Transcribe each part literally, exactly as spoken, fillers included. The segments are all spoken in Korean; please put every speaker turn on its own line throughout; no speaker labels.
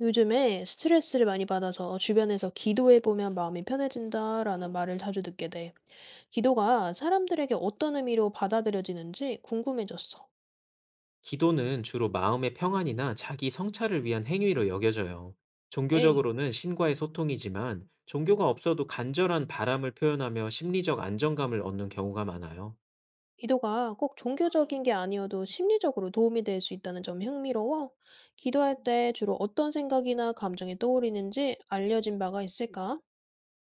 요즘에 스트레스를 많이 받아서 주변에서 기도해보면 마음이 편해진다라는 말을 자주 듣게 돼. 기도가 사람들에게 어떤 의미로 받아들여지는지 궁금해졌어.
기도는 주로 마음의 평안이나 자기 성찰을 위한 행위로 여겨져요.
에이,
종교적으로는 신과의 소통이지만, 종교가 없어도 간절한 바람을 표현하며 심리적 안정감을 얻는 경우가 많아요.
기도가 꼭 종교적인 게 아니어도 심리적으로 도움이 될 수 있다는 점 흥미로워. 기도할 때 주로 어떤 생각이나 감정이 떠오르는지 알려진 바가 있을까?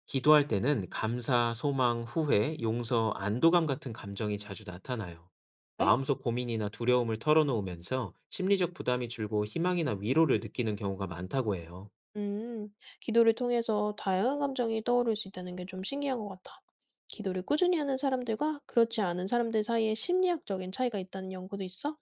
기도할 때는 감사, 소망, 후회, 용서, 안도감 같은 감정이 자주 나타나요.
에이?
마음속 고민이나 두려움을 털어놓으면서 심리적 부담이 줄고, 희망이나 위로를 느끼는 경우가 많다고 해요.
음, 기도를 통해서 다양한 감정이 떠오를 수 있다는 게 좀 신기한 것 같아. 기도를 꾸준히 하는 사람들과 그렇지 않은 사람들 사이에 심리학적인 차이가 있다는 연구도 있어?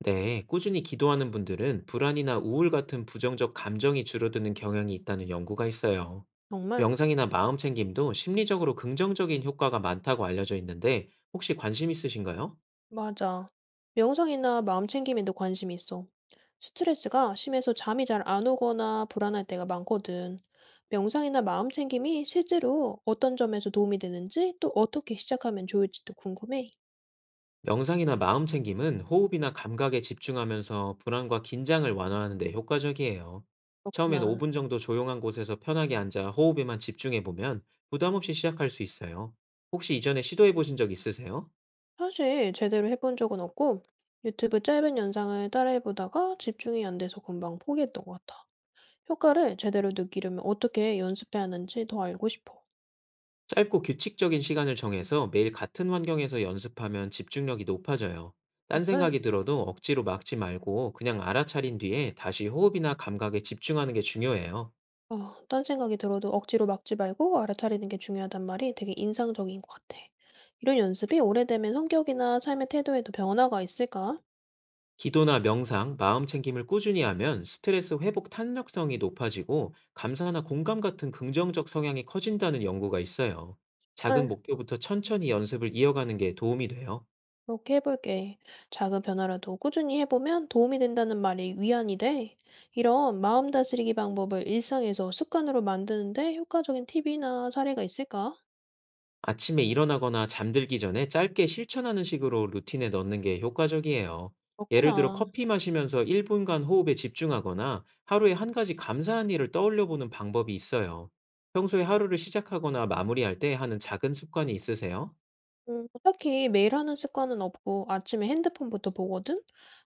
네, 꾸준히 기도하는 분들은 불안이나 우울 같은 부정적 감정이 줄어드는 경향이 있다는 연구가 있어요.
정말?
명상이나 마음 챙김도 심리적으로 긍정적인 효과가 많다고 알려져 있는데, 혹시 관심 있으신가요?
맞아. 명상이나 마음 챙김에도 관심이 있어. 스트레스가 심해서 잠이 잘 안 오거나 불안할 때가 많거든. 명상이나 마음 챙김이 실제로 어떤 점에서 도움이 되는지 또 어떻게 시작하면 좋을지도 궁금해.
명상이나 마음 챙김은 호흡이나 감각에 집중하면서 불안과 긴장을 완화하는 데 효과적이에요. 처음엔
그렇구나.
오 분 정도 조용한 곳에서 편하게 앉아 호흡에만 집중해 보면 부담 없이 시작할 수 있어요. 혹시 이전에 시도해 보신 적 있으세요?
사실 제대로 해본 적은 없고 유튜브 짧은 영상을 따라해보다가 집중이 안 돼서 금방 포기했던 것 같아. 효과를 제대로 느끼려면 어떻게 연습해야 하는지 더 알고 싶어.
짧고 규칙적인 시간을 정해서 매일 같은 환경에서 연습하면 집중력이 높아져요. 딴
정말
생각이 들어도 억지로 막지 말고, 그냥 알아차린 뒤에 다시 호흡이나 감각에 집중하는 게 중요해요.
어, 딴 생각이 들어도 억지로 막지 말고 알아차리는 게 중요하단 말이 되게 인상적인 것 같아. 이런 연습이 오래되면 성격이나 삶의 태도에도 변화가 있을까?
기도나 명상, 마음 챙김을 꾸준히 하면 스트레스 회복 탄력성이 높아지고, 감사나 공감 같은 긍정적 성향이 커진다는 연구가 있어요. 작은 목표부터 천천히 연습을 이어가는 게 도움이 돼요.
그렇게 해볼게. 작은 변화라도 꾸준히 해보면 도움이 된다는 말이 위안이 돼. 이런 마음 다스리기 방법을 일상에서 습관으로 만드는데 효과적인 팁이나 사례가 있을까?
아침에 일어나거나 잠들기 전에 짧게 실천하는 식으로 루틴에 넣는 게 효과적이에요. 예를 들어
그렇구나.
커피 마시면서 일 분간 호흡에 집중하거나, 하루에 한 가지 감사한 일을 떠올려 보는 방법이 있어요. 평소에 하루를 시작하거나 마무리할 때 하는 작은 습관이 있으세요?
음, 딱히 매일 하는 습관은 없고 아침에 핸드폰부터 보거든?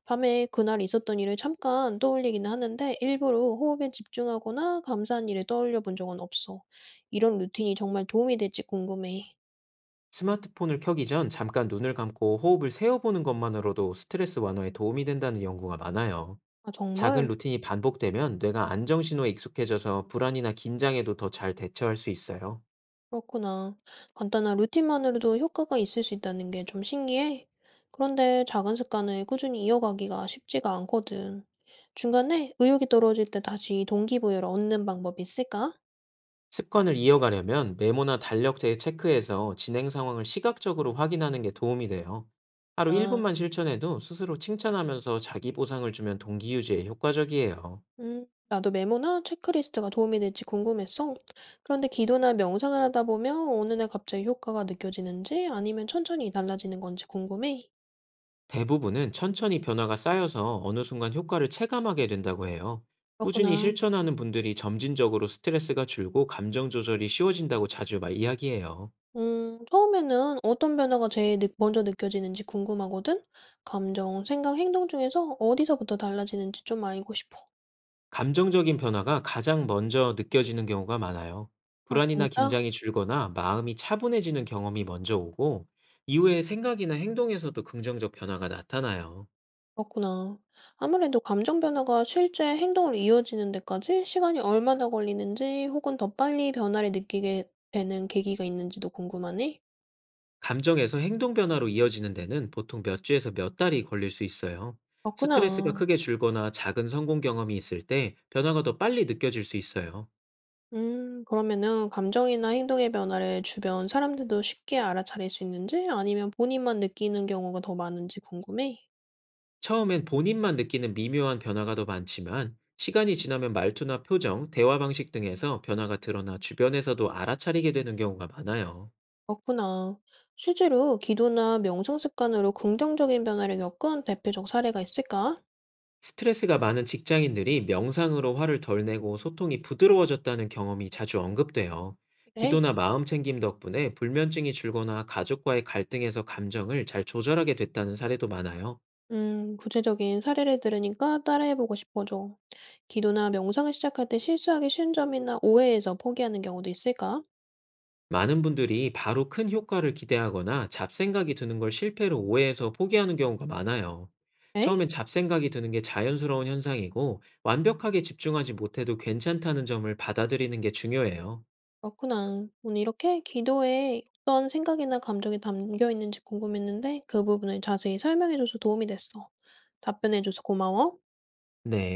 밤에 그날 있었던 일을 잠깐 떠올리기는 하는데 일부러 호흡에 집중하거나 감사한 일을 떠올려 본 적은 없어. 이런 루틴이 정말 도움이 될지 궁금해.
스마트폰을 켜기 전 잠깐 눈을 감고 호흡을 세어보는 것만으로도 스트레스 완화에 도움이 된다는 연구가 많아요.
아,
작은
정말?
루틴이 반복되면 뇌가 안정신호에 익숙해져서 불안이나 긴장에도 더 잘 대처할 수 있어요.
그렇구나. 간단한 루틴만으로도 효과가 있을 수 있다는 게 좀 신기해. 그런데 작은 습관을 꾸준히 이어가기가 쉽지가 않거든. 중간에 의욕이 떨어질 때 다시 동기부여를 얻는 방법이 있을까?
습관을 이어가려면 메모나 달력제에 체크해서 진행 상황을 시각적으로 확인하는 게 도움이 돼요. 하루
아,
일 분만 실천해도 스스로 칭찬하면서 자기 보상을 주면 동기 유지에 효과적이에요.
음, 나도 메모나 체크리스트가 도움이 될지 궁금했어. 그런데 기도나 명상을 하다 보면 어느 날 갑자기 효과가 느껴지는지 아니면 천천히 달라지는 건지 궁금해.
대부분은 천천히 변화가 쌓여서 어느 순간 효과를 체감하게 된다고 해요. 꾸준히
그렇구나.
실천하는 분들이 점진적으로 스트레스가 줄고 감정 조절이 쉬워진다고 자주 말 이야기해요.
음, 처음에는 어떤 변화가 제일 느 먼저 느껴지는지 궁금하거든? 감정, 생각, 행동 중에서 어디서부터 달라지는지 좀 알고 싶어.
감정적인 변화가 가장 먼저 느껴지는 경우가 많아요.
아,
불안이나
진짜?
긴장이 줄거나 마음이 차분해지는 경험이 먼저 오고, 이후에 생각이나 행동에서도 긍정적 변화가 나타나요.
그렇구나. 아무래도 감정 변화가 실제 행동으로 이어지는 데까지 시간이 얼마나 걸리는지 혹은 더 빨리 변화를 느끼게 되는 계기가 있는지도 궁금하네?
감정에서 행동 변화로 이어지는 데는 보통 몇 주에서 몇 달이 걸릴 수 있어요.
그렇구나.
스트레스가 크게 줄거나 작은 성공 경험이 있을 때 변화가 더 빨리 느껴질 수 있어요.
음, 그러면은 감정이나 행동의 변화를 주변 사람들도 쉽게 알아차릴 수 있는지 아니면 본인만 느끼는 경우가 더 많은지 궁금해?
처음엔 본인만 느끼는 미묘한 변화가 더 많지만, 시간이 지나면 말투나 표정, 대화 방식 등에서 변화가 드러나 주변에서도 알아차리게 되는 경우가 많아요.
그렇구나. 실제로 기도나 명상 습관으로 긍정적인 변화를 겪은 대표적 사례가 있을까?
스트레스가 많은 직장인들이 명상으로 화를 덜 내고 소통이 부드러워졌다는 경험이 자주 언급돼요.
그래.
기도나 마음 챙김 덕분에 불면증이 줄거나 가족과의 갈등에서 감정을 잘 조절하게 됐다는 사례도 많아요.
음, 구체적인 사례를 들으니까 따라해보고 싶어져. 기도나 명상을 시작할 때 실수하기 쉬운 점이나 오해에서 포기하는 경우도 있을까?
많은 분들이 바로 큰 효과를 기대하거나 잡생각이 드는 걸 실패로 오해해서 포기하는 경우가 많아요.
에
처음엔 잡생각이 드는 게 자연스러운 현상이고, 완벽하게 집중하지 못해도 괜찮다는 점을 받아들이는 게 중요해요.
맞 그렇구나. 오늘 이렇게 기도에 어떤 생각이나 감정이 담겨 있는지 궁금했는데 그 부분을 자세히 설명해줘서 도움이 됐어. 답변해줘서 고마워.
네.